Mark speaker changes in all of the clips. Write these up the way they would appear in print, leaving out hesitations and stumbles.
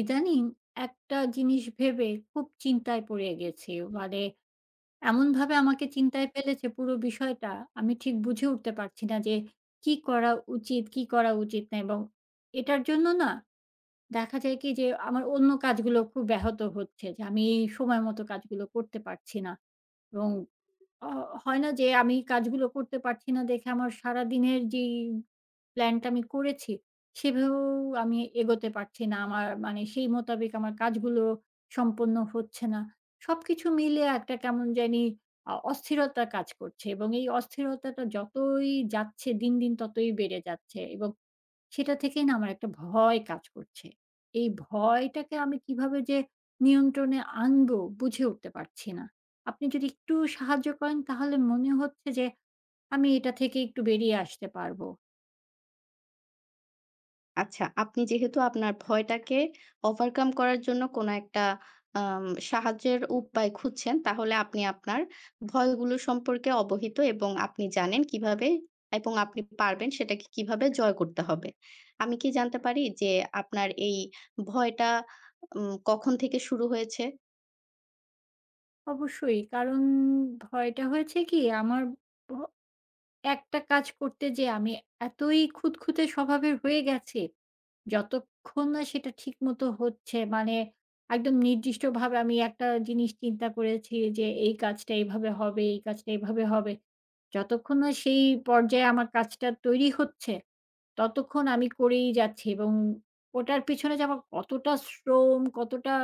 Speaker 1: ইদানিং একটা জিনিস ভেবে খুব চিন্তায় পড়ে গেছি। মানে এমনভাবে আমাকে চিন্তায় ফেলেছে পুরো বিষয়টা, আমি ঠিক বুঝে উঠতে পারছি না যে কি করা উচিত, কি করা উচিত না। এবং এটার জন্য না দেখা যায় কি যে আমার অন্য কাজগুলো খুব ব্যাহত হচ্ছে, যে আমি এই সময় মতো কাজগুলো করতে পারছি না। এবং অ হয় না যে আমি কাজগুলো করতে পারছি না দেখে আমার সারাদিনের যেই প্ল্যানটা আমি করেছি, সেভাবেও আমি এগোতে পারছি না। আমার মানে সেই মোতাবেক আমার কাজগুলো সম্পন্ন হচ্ছে না। সবকিছু মিলে একটা কেমন জানি অস্থিরতা কাজ করছে, এবং এই অস্থিরতাটা যতই যাচ্ছে দিন, দিন ততই বেড়ে যাচ্ছে। এবং সেটা থেকেই না আমার একটা ভয় কাজ করছে। এই ভয়টাকে আমি কিভাবে যে নিয়ন্ত্রণে আনবো বুঝে উঠতে পারছি না। আপনি যদি একটু সাহায্য করেন, তাহলে মনে হচ্ছে যে আমি এটা থেকে একটু বেরিয়ে আসতে পারবো।
Speaker 2: আচ্ছা, আপনি যেহেতু আপনার ভয়টাকে ওভারকাম করার জন্য কোনো একটা আম সাহায্যের উপায় খুঁজছেন, তাহলে আপনি আপনার ভয়গুলো সম্পর্কে অবহিত এবং আপনি জানেন কিভাবে এবং আপনি পারবেন সেটাকে কিভাবে জয় করতে হবে। আমি কি জানতে পারি যে আপনার এই ভয়টা কখন থেকে শুরু হয়েছে?
Speaker 1: অবশ্যই। কারণ ভয়টা হয়েছে কি, আমার ভ একটা কাজ করতে যেয়ে আমি এতই খুঁতখুঁতে স্বভাবের হয়ে গেছি, যতক্ষণ না সেটা ঠিকমতো হচ্ছে। মানে একদম নির্দিষ্টভাবে আমি একটা জিনিস চিন্তা করেছি যে এই কাজটা এভাবে হবে, এই কাজটা এভাবে হবে। যতক্ষণ না সেই পর্যায়ে আমার কাজটা তৈরি হচ্ছে, ততক্ষণ আমি করেই যাচ্ছি। এবং ওটার পেছনে যে আমার কতটা শ্রম, কতটা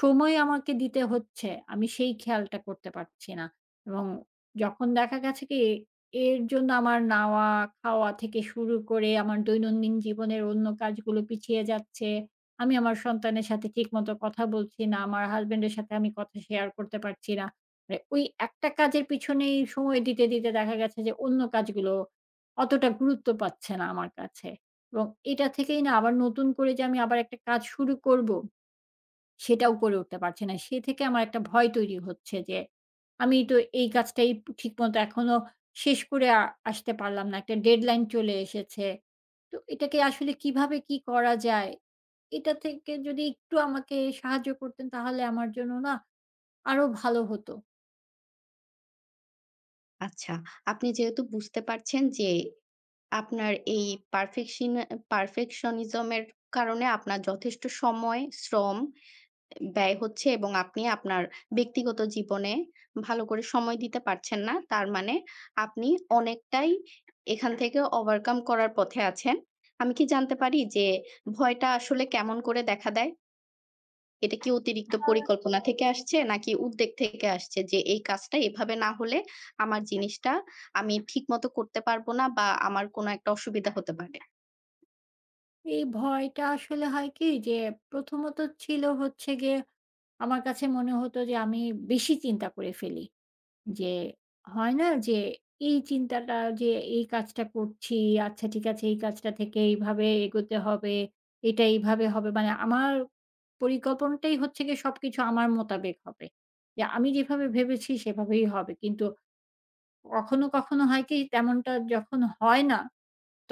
Speaker 1: সময় আমাকে দিতে হচ্ছে, আমি সেই খেয়ালটা করতে পারছি না। এবং যখন দেখা গেছে কি, এর জন্য আমার নাওয়া, খাওয়া থেকে শুরু করে আমার দৈনন্দিন জীবনের অন্য কাজগুলো পিছিয়ে যাচ্ছে। আমি আমার সন্তানের সাথে ঠিকমতো কথা বলছি না। আমার হাসব্যান্ডের সাথে আমি কথা শেয়ার করতে পারছি না। মানে ওই একটা কাজের পিছনেই সময় দিতে, দিতে দেখা গেছে যে অন্য কাজগুলো অতটা গুরুত্ব পাচ্ছে না আমার কাছে। এবং এটা থেকেই না আবার নতুন করে যে আমি আবার একটা কাজ শুরু করব, সেটাও করে উঠতে পারছি না। সে থেকে আমার একটা ভয় তৈরি হচ্ছে যে, আমি তো এই কাজটাই ঠিকমতো এখনো শেষ করে আসতে পারলাম না। একটা ডেডলাইন চলে এসেছে। তো এটাকে আসলে কিভাবে কি করা যায়? এটা থেকে যদি একটু আমাকে সাহায্য করতেন, তাহলে আমার জন্য না আরো ভালো হতো।
Speaker 2: আচ্ছা, আপনি যেহেতু বুঝতে পারছেন যে আপনার এই পারফেকশিন পারফেকশনিজম এর কারণে আপনার যথেষ্ট সময়, শ্রম ব্যয় হচ্ছে এবং আপনি আপনার ব্যক্তিগত জীবনে ভালো করে সময় দিতে পারছেন না। তার মানে আপনি অনেকটাই এখান থেকে ওভারকাম করার পথে আছেন। আমি কি জানতে পারি যে ভয়টা আসলে কেমন করে দেখা দেয়? এটা কি অতিরিক্ত পরিকল্পনা থেকে আসছে নাকি উদ্বেগ থেকে আসছে যে এই কাজটা এভাবে না হলে আমার জিনিসটা আমি ঠিকমতো করতে পারব না বা আমার কোনো একটা অসুবিধা হতে পারে?
Speaker 1: এই ভয়টা আসলে হয় কি যে, প্রথমত ছিল হচ্ছে গিয়ে আমার কাছে মনে হতো যে, আমি বেশি চিন্তা করে ফেলি। যে হয় না যে, এই চিন্তাটা যে এই কাজটা করছি, আচ্ছা ঠিক আছে, এই কাজটা থেকে এইভাবে এগোতে হবে, এটা এইভাবে হবে, মানে আমার পরিকল্পনাটাই হচ্ছে গিয়ে সবকিছু আমার মোতাবেক হবে। যে আমি যেভাবে ভেবেছি সেভাবেই হবে। কিন্তু কখনো, কখনো হয় কি, তেমনটা যখন হয় না,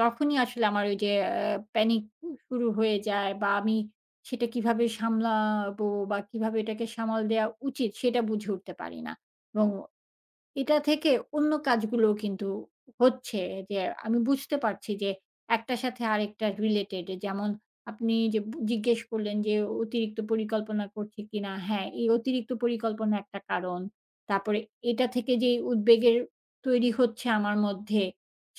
Speaker 1: তখনই আসলে আমার ওই যে প্যানিক শুরু হয়ে যায়, বা আমি সেটা কিভাবে সামলাবো বা কিভাবে এটাকে সামাল দেয়া উচিত সেটা বুঝে উঠতে পারি না। এবং এটা থেকে অন্য কাজগুলোও কিন্তু হচ্ছে, যে আমি বুঝতে পারছি যে একটার সাথে আরেকটা রিলেটেড। যেমন আপনি যে জিজ্ঞেস করলেন যে অতিরিক্ত পরিকল্পনা করছি কিনা? হ্যাঁ, এই অতিরিক্ত পরিকল্পনা একটা কারণ। তারপরে এটা থেকে যেই উদ্বেগের তৈরি হচ্ছে আমার মধ্যে,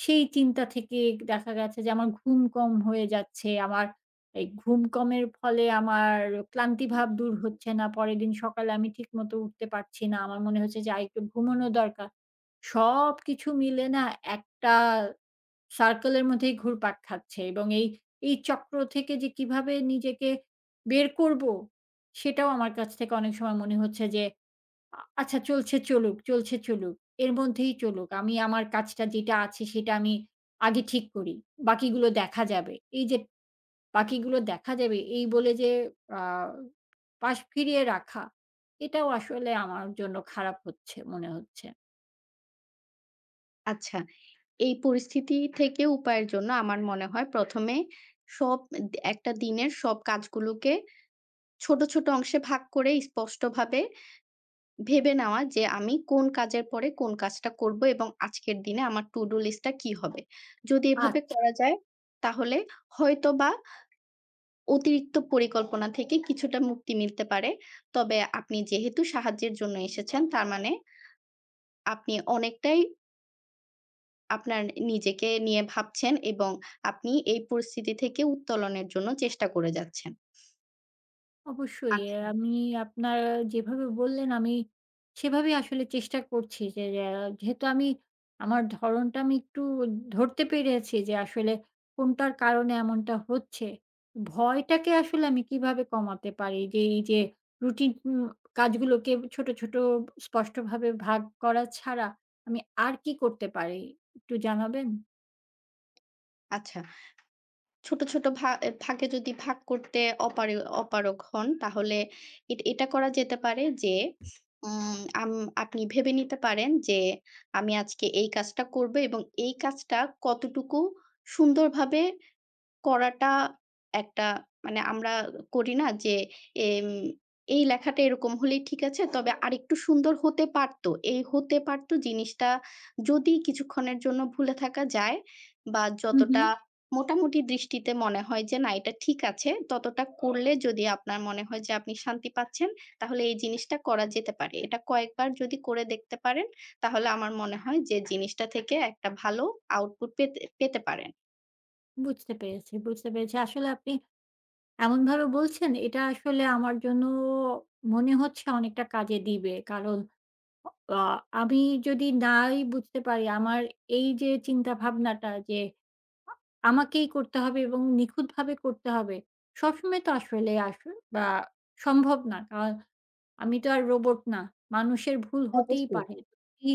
Speaker 1: সেই চিন্তা থেকে দেখা গেছে যে আমার ঘুম কম হয়ে যাচ্ছে। আমার এই ঘুম কমের ফলে আমার ক্লান্তি ভাব দূর হচ্ছে না। পরের দিন সকালে আমি ঠিকমতো উঠতে পারছি না। আমার মনে হচ্ছে যে, "আর একটু ঘুমোনো দরকার।" সবকিছু মিলে না একটা সার্কেলের মধ্যেই ঘুরপাক খাচ্ছে, এবং এই চক্র থেকে যে কিভাবে নিজেকে বের করবো, সেটাও আমার কাছ থেকে অনেক সময় মনে হচ্ছে যে, আচ্ছা চলছে চলুক, চলছে চলুক। এর মধ্যেই চলুক। আমি আমার কাজটা যেটা আছে সেটা আমি আগে ঠিক করি। বাকিগুলো দেখা যাবে।" এই যে বাকিগুলো দেখা যাবে এই বলে যে আ পাশ ফিরিয়ে রাখা, এটাও আসলে আমার জন্য খারাপ হচ্ছে মনে হচ্ছে।
Speaker 2: আচ্ছা। এই পরিস্থিতি থেকে উপায়ের জন্য আমার মনে হয় ১ম এ সব একটা দিনের সব কাজগুলোকে ছোট, ছোট অংশে ভাগ করে স্পষ্টভাবে ভেবে নেওয়া যে, আমি কোন কাজের পরে কোন কাজটা করব এবং আজকের দিনে আমার to do list টা কি হবে? যদি
Speaker 1: আ
Speaker 2: এভাবে করা যায়, তাহলে হয়তোবা অতিরিক্ত পরিকল্পনা থেকে কিছুটা মুক্তি মিলতে পারে। তবে আপনি যেহেতু সাহায্যের জন্য এসেছেন, তার মানে আপনি অনেকটাই আপনার নিজেকে নিয়ে ভাবছেন এবং আপনি এই পরিস্থিতি থেকে উত্তোলনের জন্য চেষ্টা করে যাচ্ছেন।
Speaker 1: অবশ্যই। এ
Speaker 2: আচ্ছা,
Speaker 1: আমি আপনার যেভাবে বললেন, আমি সেভাবেই আসলে চেষ্টা করছি যে যে যেহেতু আমি আমার ধরনটা আমি একটু ধরতে পেরেছি যে আসলে কোনটার কারণে এমনটা হচ্ছে। ভয়টাকে আসলে আমি কিভাবে কমাতে পারি? যে এই যে রুটিন কাজগুলোকে ছোট, ছোট স্পষ্টভাবে ভাগ করা ছাড়া আমি আর কি করতে পারি? একটু জানাবেন?
Speaker 2: আচ্ছা। ছোট, ছোট ভা এ ভাগে যদি ভাগ করতে অপারে অপারগ হন তাহলে এটা করা যেতে পারে যে উম আম আপনি ভেবে নিতে পারেন যে আমি আজকে এই কাজটা করব এবং এই কাজটা কতটুকু সুন্দরভাবে করাটা একটা মানে আমরা করি না যে এম এই লেখাটা এরকম হলেই ঠিক আছে। তবে আরেকটু সুন্দর হতে পারত। এই হতে পারত জিনিসটা যদি কিছুক্ষণের জন্য ভুলে থাকা যায় বা
Speaker 1: হু, হু।
Speaker 2: যতটা মোটামুটি দৃষ্টিতে মনে হয় যে না এটা ঠিক আছে, ততটা করলে যদি আপনার মনে হয় যে আপনি শান্তি পাচ্ছেন, তাহলে এই জিনিসটা করা যেতে পারে। এটা কয়েকবার যদি করে দেখতে পারেন, তাহলে আমার মনে হয় যে জিনিসটা থেকে একটা ভালো আউটপুট পেতে পেতে পারেন।
Speaker 1: বুঝতে পেরেছি, বুঝতে পেরেছি। আসলে আপনি এমনভাবে বলছেন, এটা আসলে আমার জন্য মনে হচ্ছে অনেকটা কাজে দিবে। কারণ আ আমি যদি নাই বুঝতে পারি আমার এই যে চিন্তাভাবনাটা যে আমাকেই করতে হবে এবং নিখুঁতভাবে করতে হবে। সবসময় তো আসলে বা সম্ভব না। কারণ আমি তো আর রোবট না। মানুষের ভুল হতেই
Speaker 2: অবশ্যই।
Speaker 1: পারে। এই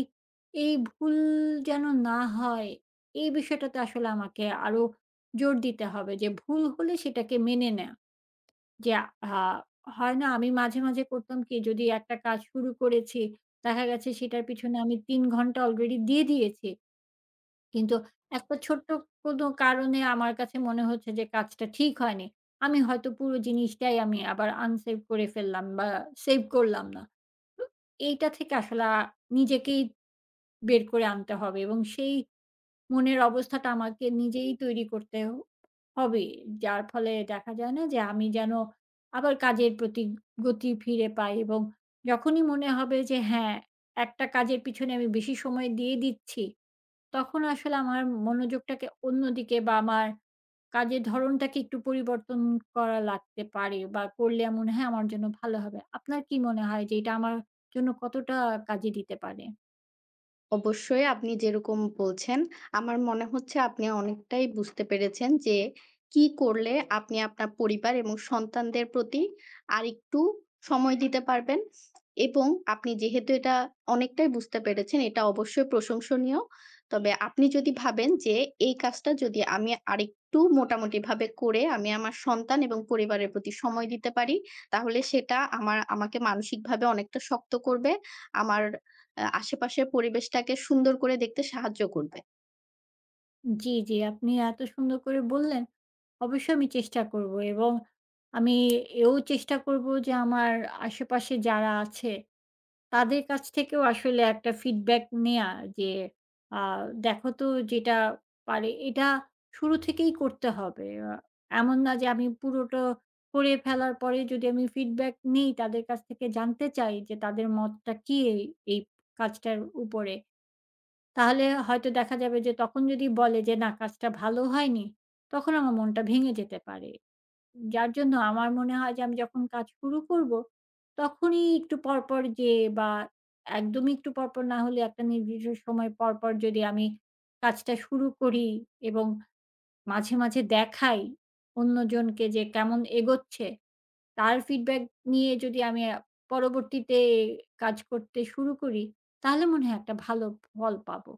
Speaker 1: এই ভুল যেন না হয়, এই বিষয়টাতে আসলে আমাকে আরো জোর দিতে হবে যে ভুল হলে সেটাকে মেনে নেয়া। যে আ হয় না, আমি মাঝে, মাঝে করতাম কি, যদি একটা কাজ শুরু করেছি, দেখা গেছে সেটার পিছনে আমি ৩ ঘন্টা অলরেডি দিয়ে দিয়েছি। কিন্তু একটা ছোট্ট কোনো কারণে আমার কাছে মনে হচ্ছে যে কাজটা ঠিক হয়নি। আমি হয়তো পুরো জিনিসটাই আমি আবার আনসেভ করে ফেললাম বা সেভ করলাম না। তো এইটা থেকে আসলে নিজেকেই বের করে আনতে হবে, এবং সেই মনের অবস্থাটা আমাকে নিজেই তৈরি করতে হবে। যার ফলে দেখা যায় না যে আমি যেন আবার কাজের প্রতি গতি ফিরে পাই। এবং যখনই মনে হবে যে হ্যাঁ, একটা কাজের পিছনে আমি বেশি সময় দিয়ে দিচ্ছি, তখন আসলে আমার মনোযোগটাকে অন্যদিকে বা আমার কাজের ধরনটাকে একটু পরিবর্তন করা লাগতে পারে, বা করলে মনে হয় আমার জন্য ভালো হবে। আপনার কি মনে হয় যে এটা আমার জন্য কতটা কাজে দিতে পারে?
Speaker 2: অবশ্যই আপনি যেরকম বলছেন, আমার মনে হচ্ছে আপনি অনেকটাই বুঝতে পেরেছেন যে, কি করলে আপনি আপনার পরিবার এবং সন্তানদের প্রতি আরেকটু সময় দিতে পারবেন এবং আপনি যেহেতু এটা অনেকটাই বুঝতে পেরেছেন, এটা অবশ্যই প্রশংসনীয়। তবে আপনি যদি ভাবেন যে, এই কাজটা যদি আমি আরেকটু মোটামুটিভাবে করে আমি আমার সন্তান এবং পরিবারের প্রতি সময় দিতে পারি, তাহলে সেটা আমার আমাকে মানসিকভাবে অনেকটা শক্ত করবে। আমার আশেপাশের পরিবেশটাকে সুন্দর করে দেখতে সাহায্য করবে।
Speaker 1: জি, জি। আপনি এত সুন্দর করে বললেন। অবশ্যই আমি চেষ্টা করব, এবং আমি এও চেষ্টা করব যে আমার আশেপাশে যারা আছে তাদের কাছ থেকেও আসলে একটা ফিডব্যাক নেয়া, যে আ দেখো তো যেটা পারে এটা শুরু থেকেই করতে হবে। এমন না যে আমি পুরোটা করে ফেলার পরে যদি আমি ফিডব্যাক নিই তাদের কাছ থেকে, জানতে চাই যে তাদের মতটা কি এই কাজটার উপরে। তাহলে হয়তো দেখা যাবে যে তখন যদি বলে যে না কাজটা ভালো হয়নি, তখন আমার মনটা ভেঙে যেতে পারে। যার জন্য আমার মনে হয় যে আমি যখন কাজ শুরু করব, তখনই একটু পরপর যেয়ে বা একদমই একটু পরপর না হলে একটা নির্দিষ্ট সময় পরপর যদি আমি কাজটা শুরু করি, এবং মাঝে, মাঝে দেখাই অন্যজনকে যে কেমন এগোচ্ছে, তার ফিডব্যাক নিয়ে যদি আমি পরবর্তীতে কাজ করতে শুরু করি, তাহলে মনে হয় একটা ভালো ফল পাবো।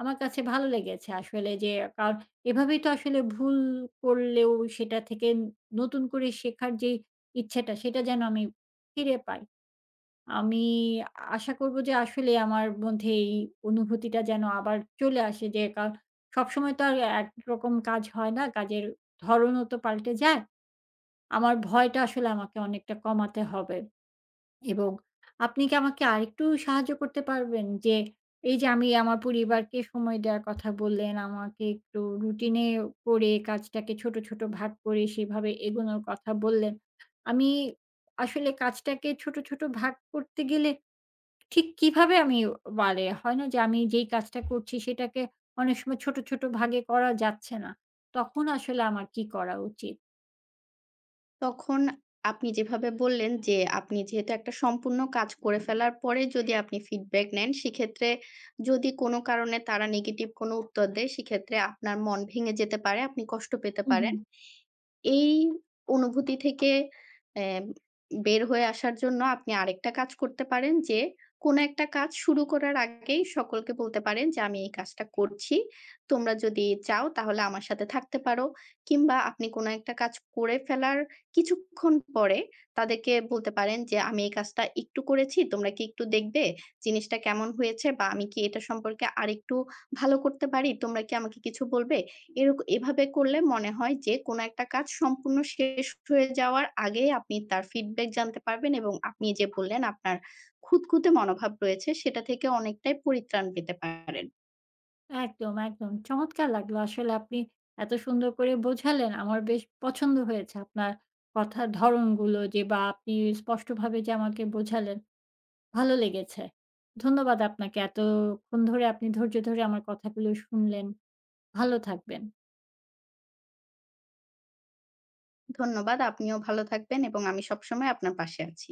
Speaker 1: আমার কাছে ভালো লেগেছে আসলে, যে কারণ এভাবেই তো আসলে ভুল করলেও সেটা থেকে নতুন করে শেখার যে ইচ্ছাটা, সেটা যেন আমি ফিরে পাই। আমি আশা করব যে আসলে আমার মধ্যে এই অনুভূতিটা যেন আবার চলে আসে, যে কারণ সবসময় তো আর একরকম কাজ হয় না, কাজের ধরনও তো পাল্টে যায়। আমার ভয়টা আসলে আমাকে অনেকটা কমাতে হবে, এবং আপনি কি আমাকে আরেকটু সাহায্য করতে পারবেন? যে এই যে আমি আমার পরিবারকে সময় দেওয়ার কথা বললেন, আমাকে একটু রুটিনে করে কাজটাকে ছোট, ছোট ভাগ করে সেভাবে এগোনোর কথা বললেন। আমি আসলে কাজটাকে ছোট, ছোট ভাগ করতে গেলে ঠিক কিভাবে আমি, মানে হয় না যে আমি যেই কাজটা করছি সেটাকে অনেক সময় ছোট, ছোট ভাগে করা যাচ্ছে না। তখন আসলে আমার কি করা উচিত?
Speaker 2: তখন আপনি যেভাবে বললেন যে, আপনি যেহেতু একটা সম্পূর্ণ কাজ করে ফেলার পরে যদি আপনি ফিডব্যাক নেন, সেক্ষেত্রে যদি কোনো কারণে তারা নেগেটিভ কোনো উত্তর দেয়, সেক্ষেত্রে আপনার মন ভেঙে যেতে পারে, আপনি কষ্ট পেতে
Speaker 1: হুম,
Speaker 2: পারেন।
Speaker 1: হুম।
Speaker 2: এই অনুভূতি থেকে অ্যাম বের হয়ে আসার জন্য আপনি আরেকটা কাজ করতে পারেন যে, কোন একটা কাজ শুরু করার আগেই সকলকে বলতে পারেন যে, "আমি এই কাজটা করছি। তোমরা যদি চাও তাহলে আমার সাথে থাকতে পারো।" কিংবা আপনি কোন একটা কাজ করে ফেলার কিছুক্ষণ পরে তাদেরকে বলতে পারেন যে, "আমি এই কাজটা একটু করেছি। তোমরা কি একটু দেখবে জিনিসটা কেমন হয়েছে বা আমি কি এটা সম্পর্কে আরেকটু ভালো করতে পারি? তোমরা কি আমাকে কিছু বলবে?" এভাবে করলে মনে হয় যে কোন একটা কাজ সম্পূর্ণ শেষ হয়ে যাওয়ার আগেই আপনি তার ফিডব্যাক জানতে পারবেন এবং আপনি যে বললেন আপনার খুঁতখুঁতে মনোভাব রয়েছে সেটা থেকে অনেকটাই পরিত্রাণ পেতে পারেন।
Speaker 1: একদম, একদম। চমৎকার লাগলো। আসলে আপনি এত সুন্দর করে বোঝালেন। আমার বেশ পছন্দ হয়েছে আপনার কথার ধরনগুলো, যে বা আপনি স্পষ্টভাবে যে আমাকে বোঝালেন, ভালো লেগেছে। ধন্যবাদ আপনাকে। এতক্ষণ ধরে আপনি ধৈর্য ধরে আমার কথাগুলো শুনলেন। ভালো থাকবেন।
Speaker 2: ধন্যবাদ। আপনিও ভালো থাকবেন এবং আমি সবসময় আপনার পাশে আছি।